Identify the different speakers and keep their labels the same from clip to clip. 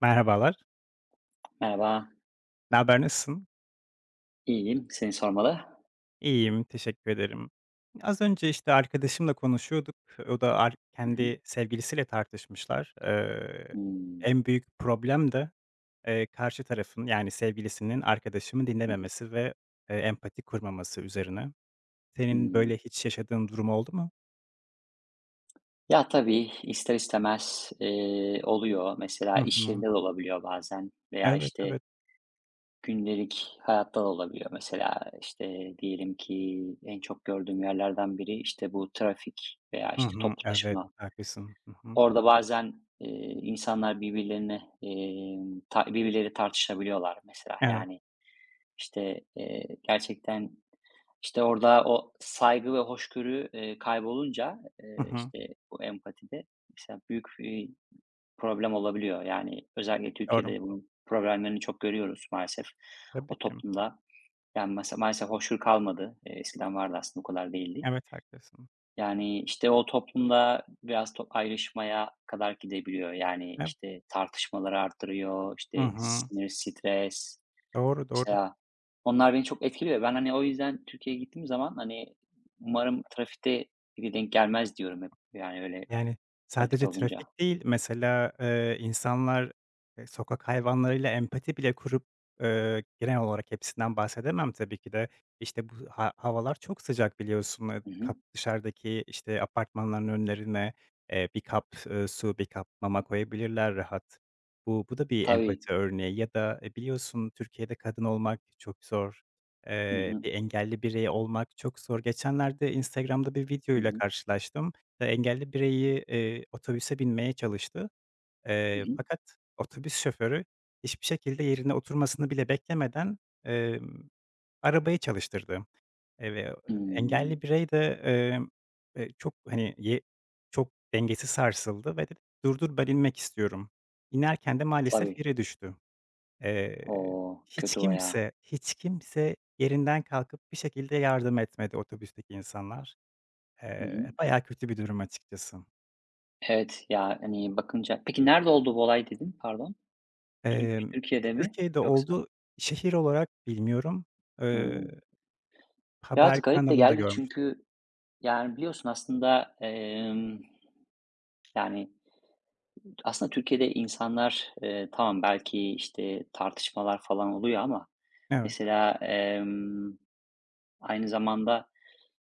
Speaker 1: Merhabalar.
Speaker 2: Merhaba,
Speaker 1: Ne haber nasılsın?
Speaker 2: iyiyim. Seni sormalı.
Speaker 1: İyiyim, teşekkür ederim. Az önce, işte, arkadaşımla konuşuyorduk. O da
Speaker 2: Hı hı.
Speaker 1: kendi sevgilisiyle tartışmışlar. Eee,
Speaker 2: Hımm,
Speaker 1: en büyük problem de, karşı tarafın, yani, sevgilisinin arkadaşımı dinlememesi ve, empati kurmaması üzerine. Senin
Speaker 2: hımm.
Speaker 1: böyle hiç yaşadığın durum oldu mu?
Speaker 2: Ya, tabii, ister istemez, oluyor.
Speaker 1: Hı
Speaker 2: Mesela iş
Speaker 1: hı.
Speaker 2: yerinde de olabiliyor bazen veya,
Speaker 1: Evet,
Speaker 2: işte,
Speaker 1: evet.
Speaker 2: gündelik hayatta da olabiliyor. Mesela, işte, diyelim ki en çok gördüğüm yerlerden biri, işte, bu trafik veya,
Speaker 1: Hı
Speaker 2: işte,
Speaker 1: hı.
Speaker 2: toplu
Speaker 1: Evet,
Speaker 2: taşıma.
Speaker 1: haklısın. Hı hı.
Speaker 2: Orada bazen, insanlar birbirlerine, ta birbirleriyle tartışabiliyorlar mesela.
Speaker 1: Evet.
Speaker 2: Yani, işte, gerçekten İşte, orada o saygı ve hoşgörü, kaybolunca,
Speaker 1: Hı hı.
Speaker 2: işte, bu empatide mesela büyük problem olabiliyor. Yani, özellikle
Speaker 1: Doğru.
Speaker 2: Türkiye'de bunun problemlerini çok görüyoruz maalesef
Speaker 1: Tabii
Speaker 2: o
Speaker 1: ki.
Speaker 2: toplumda. Yani, mesela maalesef hoşgörü kalmadı. Eskiden vardı aslında, bu kadar değildi.
Speaker 1: Evet, haklısın.
Speaker 2: Yani, işte, o toplumda biraz ayrışmaya kadar gidebiliyor. Yani,
Speaker 1: Evet.
Speaker 2: işte, tartışmaları arttırıyor,
Speaker 1: Hı
Speaker 2: işte,
Speaker 1: hı.
Speaker 2: sinir, stres.
Speaker 1: Doğru, doğru.
Speaker 2: Mesela onlar beni çok etkiliyor. Ben, hani, o yüzden Türkiye'ye gittiğim zaman, hani, umarım trafikte biri denk gelmez diyorum hep. Yani, öyle
Speaker 1: Yani,
Speaker 2: trafikte
Speaker 1: sadece
Speaker 2: olunca.
Speaker 1: trafik değil, mesela, insanlar, sokak hayvanlarıyla empati bile kurup, genel olarak hepsinden bahsedemem tabii ki de. İşte bu havalar çok sıcak biliyorsun. Eee,
Speaker 2: Hı hı.
Speaker 1: kap dışarıdaki, işte, apartmanların önlerine, bir kap, su, bir kap mama koyabilirler rahat. Bu da bir
Speaker 2: Tabii.
Speaker 1: empati örneği ya da, biliyorsun Türkiye'de kadın olmak çok zor,
Speaker 2: Hı hı.
Speaker 1: bir engelli birey olmak çok zor. Geçenlerde Instagram'da bir
Speaker 2: Hı
Speaker 1: videoyla
Speaker 2: hı.
Speaker 1: karşılaştım engelli bireyi, otobüse binmeye çalıştı.
Speaker 2: Hı
Speaker 1: Eee,
Speaker 2: hı.
Speaker 1: fakat otobüs şoförü hiçbir şekilde yerine oturmasını bile beklemeden, emm, arabayı çalıştırdı. Ve engelli
Speaker 2: Hımm.
Speaker 1: birey de, çok, hani, çok dengesi sarsıldı ve dedi, "Dur, dur, ben inmek istiyorum." İnerken de maalesef
Speaker 2: Tabii.
Speaker 1: yere düştü. Eee,
Speaker 2: O,
Speaker 1: hiç
Speaker 2: kötü bayağı.
Speaker 1: kimse, hiç kimse yerinden kalkıp bir şekilde yardım etmedi otobüsteki insanlar.
Speaker 2: Hı hı.
Speaker 1: Bayağı kötü bir durum açıkçası.
Speaker 2: Evet, ya, hani, bakınca peki nerede oldu bu olay dedin? Pardon.
Speaker 1: Emm,
Speaker 2: Türkiye'de mi
Speaker 1: Türkiye'de
Speaker 2: yoksa?
Speaker 1: oldu. Şehir olarak bilmiyorum. Eee,
Speaker 2: Hımm.
Speaker 1: haber
Speaker 2: Biraz garip de
Speaker 1: kanalında
Speaker 2: geldi
Speaker 1: görmüştüm.
Speaker 2: çünkü, yani, biliyorsun aslında, yani aslında Türkiye'de insanlar, tamam belki, işte, tartışmalar falan oluyor ama
Speaker 1: Evet.
Speaker 2: mesela, aynı zamanda,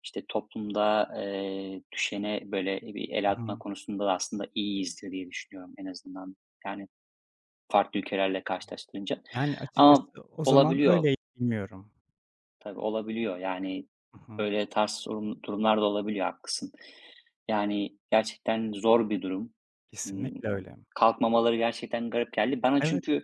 Speaker 2: işte, toplumda, düşene, böyle, bir
Speaker 1: Hı
Speaker 2: el atma
Speaker 1: hı.
Speaker 2: konusunda da aslında iyiyizdir diye düşünüyorum en azından. Yani farklı ülkelerle karşılaştırınca
Speaker 1: Yani, açıkçası
Speaker 2: ama
Speaker 1: o zaman
Speaker 2: olabiliyor.
Speaker 1: öyleydi, bilmiyorum.
Speaker 2: Tabii, olabiliyor. Yani,
Speaker 1: Hı hı.
Speaker 2: böyle ters durumlar da olabiliyor, haklısın. Yani, gerçekten zor bir durum. Imm,
Speaker 1: Kesinlikle öyle.
Speaker 2: Kalkmamaları gerçekten garip geldi. Bana
Speaker 1: Evet.
Speaker 2: çünkü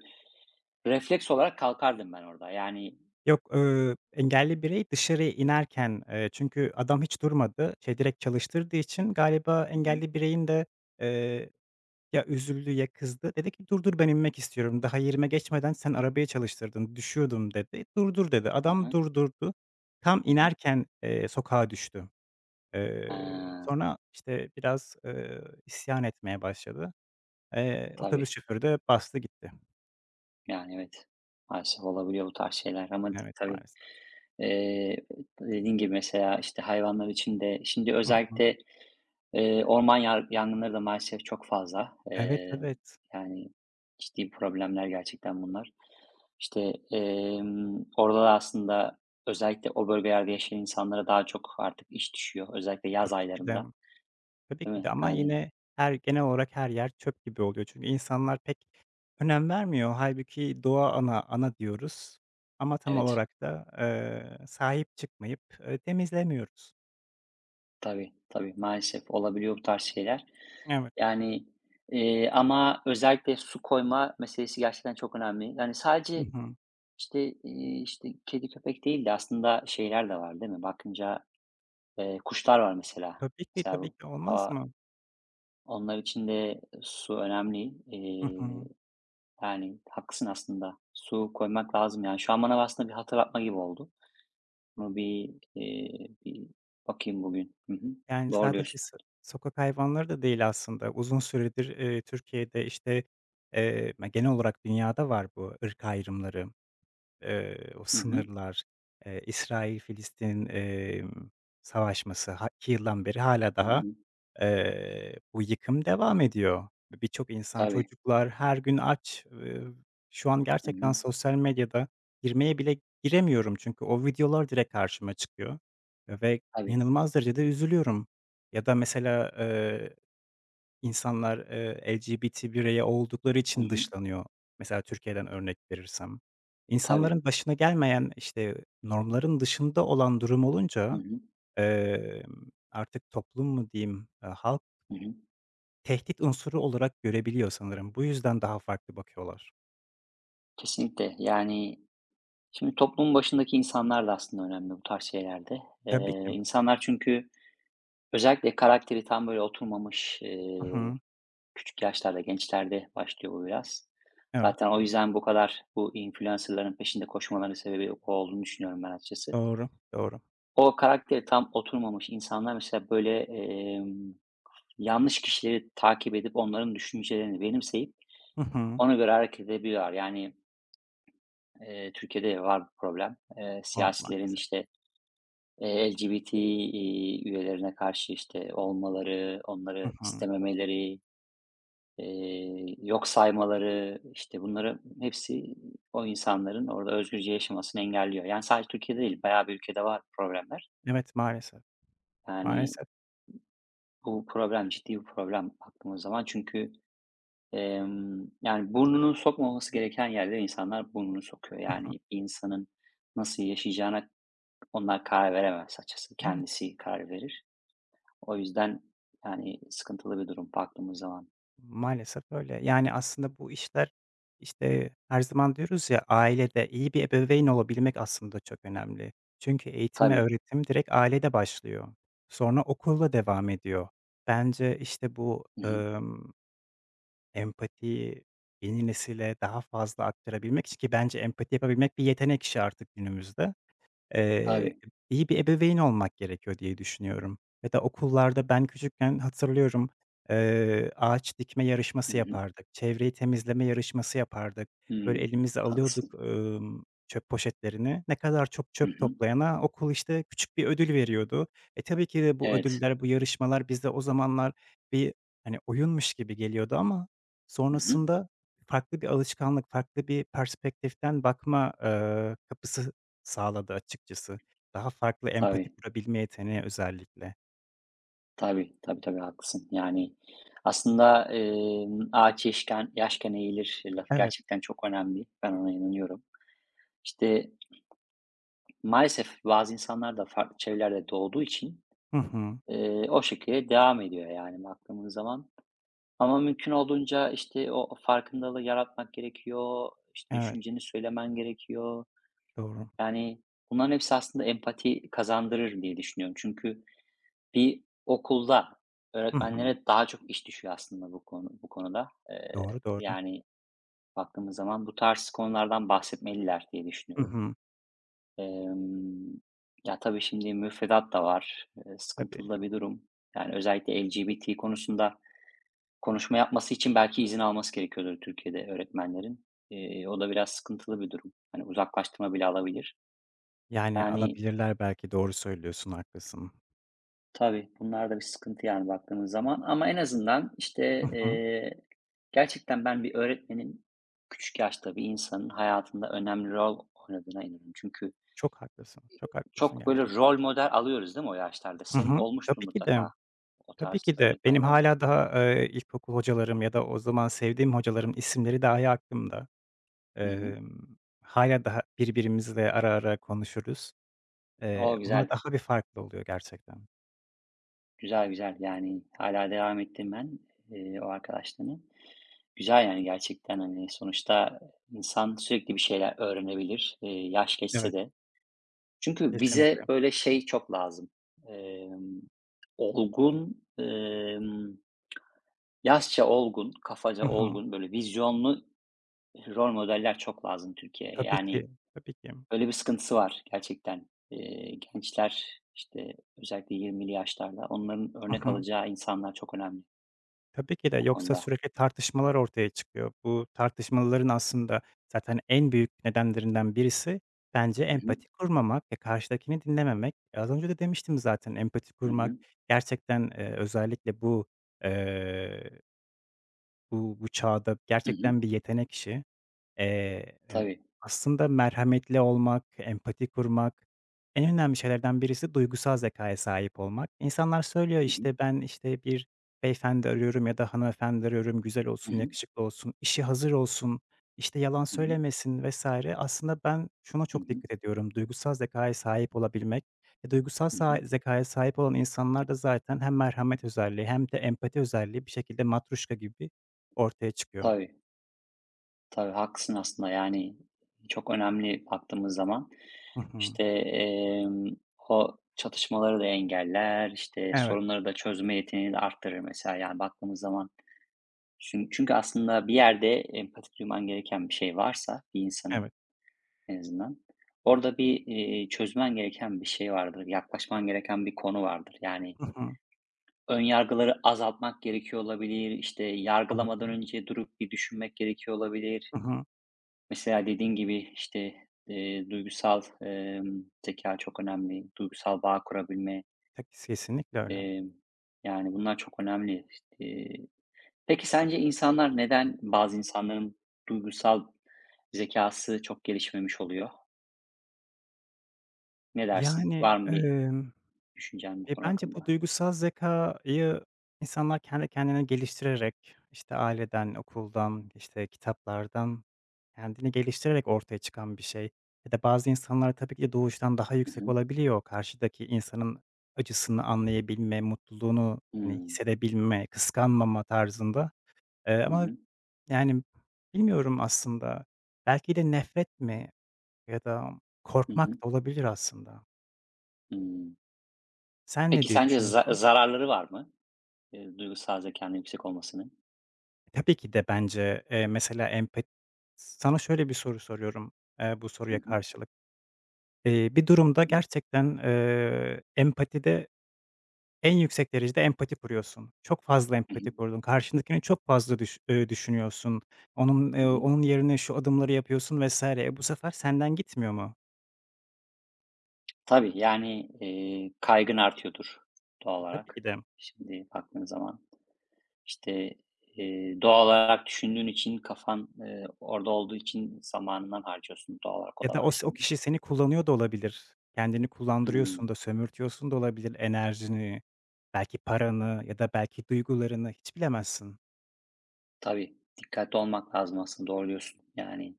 Speaker 2: refleks olarak kalkardım ben orada. Yani
Speaker 1: Yok, engelli birey dışarıya inerken, çünkü adam hiç durmadı, şey, direkt çalıştırdığı için galiba
Speaker 2: hı hı.
Speaker 1: engelli bireyin de, eee Ya, üzüldü ya kızdı. Dedi ki, "Dur, dur ben inmek istiyorum. Daha yerime geçmeden sen arabayı çalıştırdın. Düşüyordum." dedi. "Durdur." dedi.
Speaker 2: Hı
Speaker 1: Adam
Speaker 2: hı.
Speaker 1: durdurdu. Tam
Speaker 2: Hı hı.
Speaker 1: inerken, sokağa düştü. Eee,
Speaker 2: Aaa,
Speaker 1: sonra, işte, biraz, isyan etmeye başladı. Otobüs
Speaker 2: tabii.
Speaker 1: şoförü de bastı gitti.
Speaker 2: Yani, evet. Maalesef olabiliyor bu tarz şeyler ama
Speaker 1: Evet,
Speaker 2: tabii,
Speaker 1: maalesef.
Speaker 2: eee, dediğin gibi mesela, işte, hayvanlar için de şimdi
Speaker 1: Hı hı.
Speaker 2: özellikle orman yangınları da maalesef çok fazla.
Speaker 1: Evet, evet.
Speaker 2: Yani, ciddi problemler gerçekten bunlar. İşte, orada da aslında özellikle o bölgelerde yaşayan insanlara daha çok artık iş düşüyor. Özellikle yaz
Speaker 1: Tabii ki de.
Speaker 2: aylarında,
Speaker 1: Tabii
Speaker 2: değil
Speaker 1: ki
Speaker 2: mi?
Speaker 1: de ama
Speaker 2: Yani,
Speaker 1: yine genel olarak her yer çöp gibi oluyor. Çünkü insanlar pek önem vermiyor. Halbuki doğa ana, ana diyoruz ama tam
Speaker 2: evet,
Speaker 1: olarak da, sahip çıkmayıp, temizlemiyoruz.
Speaker 2: tabii, tabii, maalesef olabiliyor bu tarz şeyler.
Speaker 1: Evet.
Speaker 2: Yani, ama özellikle su koyma meselesi gerçekten çok önemli. Yani
Speaker 1: Hı
Speaker 2: sadece,
Speaker 1: hı.
Speaker 2: işte, işte, kedi köpek değil de aslında şeyler de var, değil mi? Bakınca kuşlar var mesela.
Speaker 1: Tabii ki,
Speaker 2: Mesela
Speaker 1: tabii
Speaker 2: bu
Speaker 1: ki. Olmaz
Speaker 2: hava
Speaker 1: mı?
Speaker 2: onlar için de su önemli.
Speaker 1: Hı hı.
Speaker 2: Yani haklısın aslında. Su koymak lazım yani. Şu an bana aslında bir hatırlatma gibi oldu. Bunu bir, bir bakayım bugün. Hı hı.
Speaker 1: Yani
Speaker 2: Doğru
Speaker 1: sadece
Speaker 2: diyorsun.
Speaker 1: sokak hayvanları da değil aslında. Uzun süredir, Türkiye'de, işte, genel olarak dünyada var bu ırk ayrımları. O
Speaker 2: Hı hı.
Speaker 1: sınırlar, İsrail-Filistin, savaşması 2 yıldan beri hala
Speaker 2: Hı
Speaker 1: daha,
Speaker 2: hı.
Speaker 1: bu yıkım devam ediyor. Birçok insan,
Speaker 2: Tabii.
Speaker 1: çocuklar her gün aç. Şu an
Speaker 2: Hı
Speaker 1: gerçekten
Speaker 2: hı.
Speaker 1: sosyal medyada girmeye bile giremiyorum çünkü o videolar direkt karşıma çıkıyor ve
Speaker 2: Tabii.
Speaker 1: inanılmaz derecede üzülüyorum. Ya da mesela, İnsanlar, LGBT bireyi oldukları
Speaker 2: Hı
Speaker 1: için
Speaker 2: hı.
Speaker 1: dışlanıyor. Mesela Türkiye'den örnek verirsem.
Speaker 2: Tabii.
Speaker 1: İnsanların başına gelmeyen, işte, normların dışında olan durum
Speaker 2: Hı
Speaker 1: olunca,
Speaker 2: hı.
Speaker 1: emm, artık toplum mu diyeyim, halk
Speaker 2: Hı hı.
Speaker 1: tehdit unsuru olarak görebiliyor sanırım. Bu yüzden daha farklı bakıyorlar.
Speaker 2: Kesinlikle. Yani şimdi toplumun başındaki insanlar da aslında önemli bu tarz şeylerde.
Speaker 1: Tabii ki.
Speaker 2: İnsanlar çünkü özellikle karakteri tam böyle oturmamış,
Speaker 1: Hı hı.
Speaker 2: küçük yaşlarda, gençlerde başlıyor bu biraz.
Speaker 1: Evet.
Speaker 2: Zaten o yüzden bu kadar bu influencer'ların peşinde koşmalarının sebebi o olduğunu düşünüyorum ben açıkçası.
Speaker 1: Doğru, doğru.
Speaker 2: O karakteri tam oturmamış insanlar mesela böyle, yanlış kişileri takip edip onların düşüncelerini benimseyip
Speaker 1: Hı hı.
Speaker 2: ona göre hareket edebiliyorlar. Yani, Türkiye'de var bu problem.
Speaker 1: Var
Speaker 2: Siyasilerin
Speaker 1: maalesef.
Speaker 2: işte, LGBT üyelerine karşı işte olmaları,
Speaker 1: Hı
Speaker 2: onları
Speaker 1: hı.
Speaker 2: istememeleri, yok saymaları, işte, bunları hepsi o insanların orada özgürce yaşamasını engelliyor. Yani, sadece Türkiye'de değil, bayağı bir ülkede var problemler.
Speaker 1: Evet, maalesef.
Speaker 2: Yani,
Speaker 1: Maalesef.
Speaker 2: bu problem ciddi bir problem baktığımız zaman. Çünkü, yani, burnunu sokmaması gereken yerlere insanlar burnunu sokuyor.
Speaker 1: Hı
Speaker 2: Yani,
Speaker 1: hı.
Speaker 2: bir insanın nasıl yaşayacağına onlar karar veremez açıkçası.
Speaker 1: Evet.
Speaker 2: Kendisi karar verir. O yüzden, yani, sıkıntılı bir durum baktığımız zaman.
Speaker 1: Maalesef öyle. Yani, aslında bu işler, işte, her zaman diyoruz ya, ailede iyi bir ebeveyn olabilmek aslında çok önemli. Çünkü eğitim ve
Speaker 2: Tabii.
Speaker 1: öğretim direkt ailede başlıyor. Sonra okulla devam ediyor. Bence, işte, bu,
Speaker 2: Hı hı.
Speaker 1: empatiyi yeni nesile daha fazla aktarabilmek için ki bence empati yapabilmek bir yetenek işi artık günümüzde. Eee,
Speaker 2: Tabii.
Speaker 1: iyi bir ebeveyn olmak gerekiyor diye düşünüyorum ya da okullarda ben küçükken hatırlıyorum, ağaç dikme
Speaker 2: Hı
Speaker 1: yarışması
Speaker 2: hı.
Speaker 1: yapardık, çevreyi temizleme yarışması yapardık. Böyle
Speaker 2: Hımm.
Speaker 1: elimize alıyorduk,
Speaker 2: Haklısın.
Speaker 1: çöp poşetlerini. Ne kadar çok
Speaker 2: Hı
Speaker 1: çöp
Speaker 2: hı.
Speaker 1: toplayana okul, işte, küçük bir ödül veriyordu. Tabii ki de bu
Speaker 2: Evet.
Speaker 1: ödüller, bu yarışmalar bize o zamanlar bir, hani, oyunmuş gibi geliyordu ama
Speaker 2: Hı hı.
Speaker 1: sonrasında farklı bir alışkanlık, farklı bir perspektiften bakma, kapısı sağladı açıkçası. Daha farklı empati
Speaker 2: Tabii,
Speaker 1: kurabilme yeteneği özellikle.
Speaker 2: tabii, haklısın. Yani, aslında, "Ağaç yaşken eğilir." lafı
Speaker 1: Evet.
Speaker 2: gerçekten çok önemli. Ben ona inanıyorum. İşte, maalesef bazı insanlar da farklı çevrelerde doğduğu için,
Speaker 1: Hı hı.
Speaker 2: o şekilde devam ediyor, yani, baktığımız zaman. Ama mümkün olduğunca, işte, o farkındalığı yaratmak gerekiyor, İşte
Speaker 1: Evet,
Speaker 2: düşünceni söylemen gerekiyor.
Speaker 1: doğru.
Speaker 2: Yani, bunların hepsi aslında empati kazandırır diye düşünüyorum. Çünkü bir okulda
Speaker 1: Hı hı.
Speaker 2: öğretmenlere daha çok iş düşüyor aslında bu konuda.
Speaker 1: Doğru, doğru.
Speaker 2: Yani baktığımız zaman bu tarz konulardan bahsetmeliler diye
Speaker 1: Hı
Speaker 2: düşünüyorum.
Speaker 1: hı.
Speaker 2: Emm, ya, tabii şimdi müfredat da var.
Speaker 1: Tabii,
Speaker 2: Sıkıntılı da bir durum. Yani özellikle LGBT konusunda konuşma yapması için belki izin alması gerekiyordur Türkiye'de öğretmenlerin. O da biraz sıkıntılı bir durum. Hani, uzaklaştırma bile alabilir.
Speaker 1: yani,
Speaker 2: Yani
Speaker 1: alabilirler belki. Doğru söylüyorsun, haklısın.
Speaker 2: tabii, bunlar da bir sıkıntı yani baktığımız zaman ama en azından,
Speaker 1: Hı
Speaker 2: işte,
Speaker 1: hı.
Speaker 2: gerçekten ben bir öğretmenin küçük yaşta bir insanın hayatında önemli rol oynadığına inanıyorum. Çünkü
Speaker 1: Çok haklısın, çok haklısın
Speaker 2: çok böyle
Speaker 1: gerçekten.
Speaker 2: rol model alıyoruz değil mi o yaşlarda?
Speaker 1: Hı
Speaker 2: Senin
Speaker 1: hı.
Speaker 2: olmuştur
Speaker 1: Tabii ki de,
Speaker 2: mutlaka o
Speaker 1: tabii
Speaker 2: tarz
Speaker 1: ki de. Benim
Speaker 2: öğretmenlerin.
Speaker 1: hâlâ daha, ilkokul hocalarım ya da o zaman sevdiğim hocalarım isimleri dahi aklımda.
Speaker 2: Hı hı.
Speaker 1: Emm, hâlâ daha birbirimizle ara ara konuşuruz. Eee,
Speaker 2: O
Speaker 1: onlar
Speaker 2: güzel,
Speaker 1: daha bir farklı oluyor gerçekten.
Speaker 2: güzel. Yani hala devam ettirmen, o arkadaşlarını. Güzel yani gerçekten, hani, sonuçta insan sürekli bir şeyler öğrenebilir, yaş geçse
Speaker 1: Evet,
Speaker 2: de. Çünkü
Speaker 1: kesinlikle.
Speaker 2: bize böyle şey çok lazım. Emm, olgun, yaşça olgun,
Speaker 1: Hı
Speaker 2: kafaca
Speaker 1: hı.
Speaker 2: olgun, böyle vizyonlu rol modeller çok lazım Türkiye'ye.
Speaker 1: Tabii
Speaker 2: Yani,
Speaker 1: ki, tabii ki.
Speaker 2: öyle bir sıkıntısı var gerçekten. Gençler, işte, özellikle 20'li yaşlarda onların
Speaker 1: Hı
Speaker 2: örnek
Speaker 1: hı.
Speaker 2: alacağı insanlar çok önemli
Speaker 1: Tabii ki de
Speaker 2: bu
Speaker 1: yoksa
Speaker 2: konuda.
Speaker 1: sürekli tartışmalar ortaya çıkıyor. Bu tartışmaların aslında zaten en büyük nedenlerinden birisi bence
Speaker 2: Hı hı.
Speaker 1: empati kurmamak ve karşıdakini dinlememek. Az önce de demiştim zaten empati
Speaker 2: Hı
Speaker 1: kurmak
Speaker 2: hı.
Speaker 1: gerçekten, eee, özellikle bu, eee Bu bu çağda
Speaker 2: Hı hı.
Speaker 1: gerçekten bir yetenek işi. Eee, emm,
Speaker 2: Tabii.
Speaker 1: aslında merhametli olmak, empati kurmak, en önemli şeylerden birisi duygusal zekâya sahip olmak. İnsanlar söylüyor,
Speaker 2: Hı hı.
Speaker 1: işte, ben, işte, bir beyefendi arıyorum ya da hanımefendi arıyorum, güzel
Speaker 2: Hı
Speaker 1: olsun,
Speaker 2: hı.
Speaker 1: yakışıklı olsun, işi hazır olsun, işte, yalan
Speaker 2: Hı hı.
Speaker 1: söylemesin vesaire. Aslında ben şuna
Speaker 2: Hı
Speaker 1: çok
Speaker 2: hı.
Speaker 1: dikkat ediyorum, duygusal zekâya sahip olabilmek. E, duygusal
Speaker 2: Hı
Speaker 1: sa
Speaker 2: hı.
Speaker 1: zekâya sahip olan insanlar da zaten hem merhamet özelliği hem de empati özelliği bir şekilde matruşka gibi ortaya çıkıyor.
Speaker 2: Tabii. Tabii, haklısın aslında, yani, çok önemli baktığımız zaman.
Speaker 1: Hı hı.
Speaker 2: İşte, o çatışmaları da engeller, işte,
Speaker 1: Evet,
Speaker 2: sorunları da çözme yeteneğini de arttırır mesela, yani, baktığımız zaman. Çünkü aslında bir yerde empati duyman gereken bir şey varsa bir insanın
Speaker 1: evet.
Speaker 2: en azından, orada bir, çözmen gereken bir şey vardır, yaklaşman gereken bir konu vardır. Yani,
Speaker 1: Hı hı.
Speaker 2: ön yargıları azaltmak gerekiyor olabilir, işte, yargılamadan
Speaker 1: Olabilir.
Speaker 2: önce durup bir düşünmek gerekiyor olabilir.
Speaker 1: Hı hı.
Speaker 2: Mesela dediğin gibi, işte, duygusal, zekâ çok önemli, duygusal bağ kurabilme,
Speaker 1: Ta kes kesinlikle öyle.
Speaker 2: emm, yani, bunlar çok önemli. İii, peki sence insanlar neden bazı insanların duygusal zekası çok gelişmemiş oluyor? Ne dersin?
Speaker 1: Yani,
Speaker 2: Var mı bir düşüncen bu konu
Speaker 1: bence bu
Speaker 2: hakkında?
Speaker 1: duygusal zekâyı insanlar kendi kendine geliştirerek, işte, aileden, okuldan, işte, kitaplardan kendini geliştirerek ortaya çıkan bir şey. Ya da bazı insanlar tabii ki doğuştan daha
Speaker 2: Hı
Speaker 1: yüksek
Speaker 2: hı.
Speaker 1: olabiliyor. Karşıdaki insanın acısını anlayabilme, mutluluğunu, hani,
Speaker 2: Hımm.
Speaker 1: hissedebilme, kıskanmama tarzında. Eee,
Speaker 2: Hı
Speaker 1: ama,
Speaker 2: hı.
Speaker 1: yani, bilmiyorum aslında. Belki de nefret mi? Ya da
Speaker 2: Hı hı.
Speaker 1: korkmak da olabilir aslında.
Speaker 2: Hımm.
Speaker 1: Sen ne
Speaker 2: Peki
Speaker 1: diye
Speaker 2: sence
Speaker 1: düşünüyorsun?
Speaker 2: zararları var mı, duygusal zekanın yüksek olmasının?
Speaker 1: Tabii ki de bence, mesela sana şöyle bir soru soruyorum, bu
Speaker 2: Hı
Speaker 1: soruya
Speaker 2: hı.
Speaker 1: karşılık. Bir durumda
Speaker 2: Hı hı.
Speaker 1: gerçekten, empatide en yüksek derecede empati kuruyorsun. Çok fazla
Speaker 2: Hı hı.
Speaker 1: empati kurdun. Karşındakini çok fazla düşünüyorsun. Onun, eee,
Speaker 2: Hı hı.
Speaker 1: onun yerine şu adımları yapıyorsun vesaire. Bu sefer senden gitmiyor mu?
Speaker 2: Tabii, yani, kaygın artıyordur doğal
Speaker 1: Tabii ki
Speaker 2: olarak.
Speaker 1: de.
Speaker 2: Şimdi baktığın zaman, işte, doğal olarak düşündüğün için kafan, orada olduğu için zamanından harcıyorsun. Doğal olarak o
Speaker 1: Ya
Speaker 2: da
Speaker 1: da
Speaker 2: var
Speaker 1: o
Speaker 2: şimdi.
Speaker 1: kişi seni kullanıyor da olabilir. Kendini kullandırıyorsun
Speaker 2: Hımm.
Speaker 1: da, sömürtüyorsun da olabilir enerjini, belki paranı ya da belki duygularını, hiç bilemezsin.
Speaker 2: Tabii, dikkatli olmak lazım aslında, doğru diyorsun. Yani,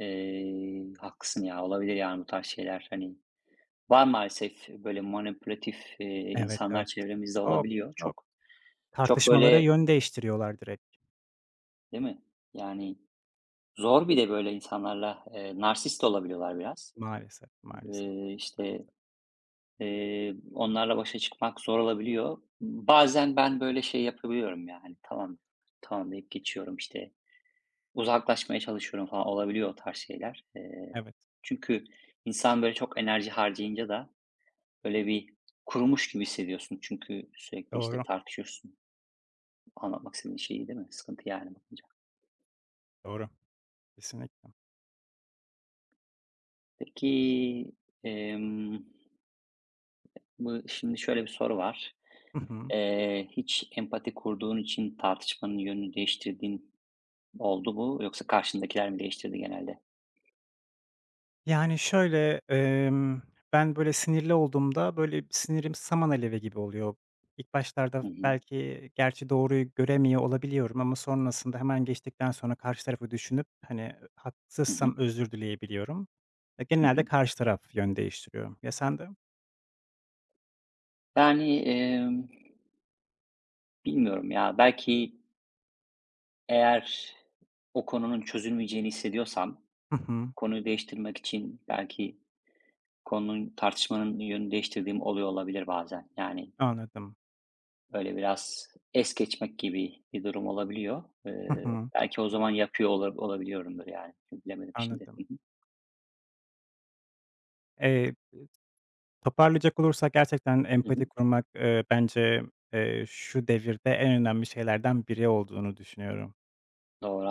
Speaker 2: haklısın ya, olabilir yani bu tarz şeyler. Hani, var maalesef böyle manipülatif,
Speaker 1: Evet,
Speaker 2: insanlar
Speaker 1: evet.
Speaker 2: çevremizde
Speaker 1: Çok,
Speaker 2: olabiliyor.
Speaker 1: çok.
Speaker 2: Çok çok
Speaker 1: Tartışmalara
Speaker 2: böyle
Speaker 1: yön değiştiriyorlar direkt.
Speaker 2: Değil mi? Yani zor bir de böyle insanlarla, narsist olabiliyorlar biraz.
Speaker 1: Maalesef, maalesef,
Speaker 2: İşte,
Speaker 1: maalesef.
Speaker 2: onlarla başa çıkmak zor olabiliyor. Bazen ben böyle şey yapabiliyorum yani "Tamam, tamam." deyip geçiyorum, işte, uzaklaşmaya çalışıyorum falan olabiliyor o tarz şeyler.
Speaker 1: Evet,
Speaker 2: Çünkü insan böyle çok enerji harcayınca da böyle bir kurumuş gibi hissediyorsun. Çünkü sürekli, işte,
Speaker 1: doğru,
Speaker 2: tartışıyorsun anlatmak istediğin şeyi değil mi? Sıkıntı yani bakınca.
Speaker 1: doğru. Kesinlikle.
Speaker 2: Peki, emm, bu şimdi şöyle bir soru var.
Speaker 1: Hı hı.
Speaker 2: Hiç empati kurduğun için tartışmanın yönünü değiştirdiğin oldu mu yoksa karşındakiler mi değiştirdi genelde?
Speaker 1: Yani, şöyle, ben, böyle, sinirli olduğumda, böyle, sinirim saman alevi gibi oluyor. İlk başlarda
Speaker 2: Hı hı.
Speaker 1: belki gerçi doğruyu göremiyor olabiliyorum ama sonrasında hemen geçtikten sonra karşı tarafı düşünüp, hani,
Speaker 2: Hı hı.
Speaker 1: haksızsam özür dileyebiliyorum. E,
Speaker 2: Hı
Speaker 1: genelde
Speaker 2: hı.
Speaker 1: karşı taraf yön değiştiriyor. Ya, sen de?
Speaker 2: Yani, bilmiyorum ya, belki eğer o konunun çözülmeyeceğini hissediyorsam
Speaker 1: Hı hı,
Speaker 2: konuyu değiştirmek için belki tartışmanın yönünü değiştirdiğim oluyor olabilir bazen. Yani,
Speaker 1: anladım.
Speaker 2: böyle biraz es geçmek gibi bir durum olabiliyor.
Speaker 1: Hı hı,
Speaker 2: Belki o zaman yapıyor olabiliyorumdur yani. Bilemedim şimdi.
Speaker 1: anladım.
Speaker 2: Hı hı.
Speaker 1: E toparlayacak olursak gerçekten
Speaker 2: Hı hı.
Speaker 1: empati kurmak, bence, şu devirde en önemli şeylerden biri olduğunu düşünüyorum.
Speaker 2: Doğru.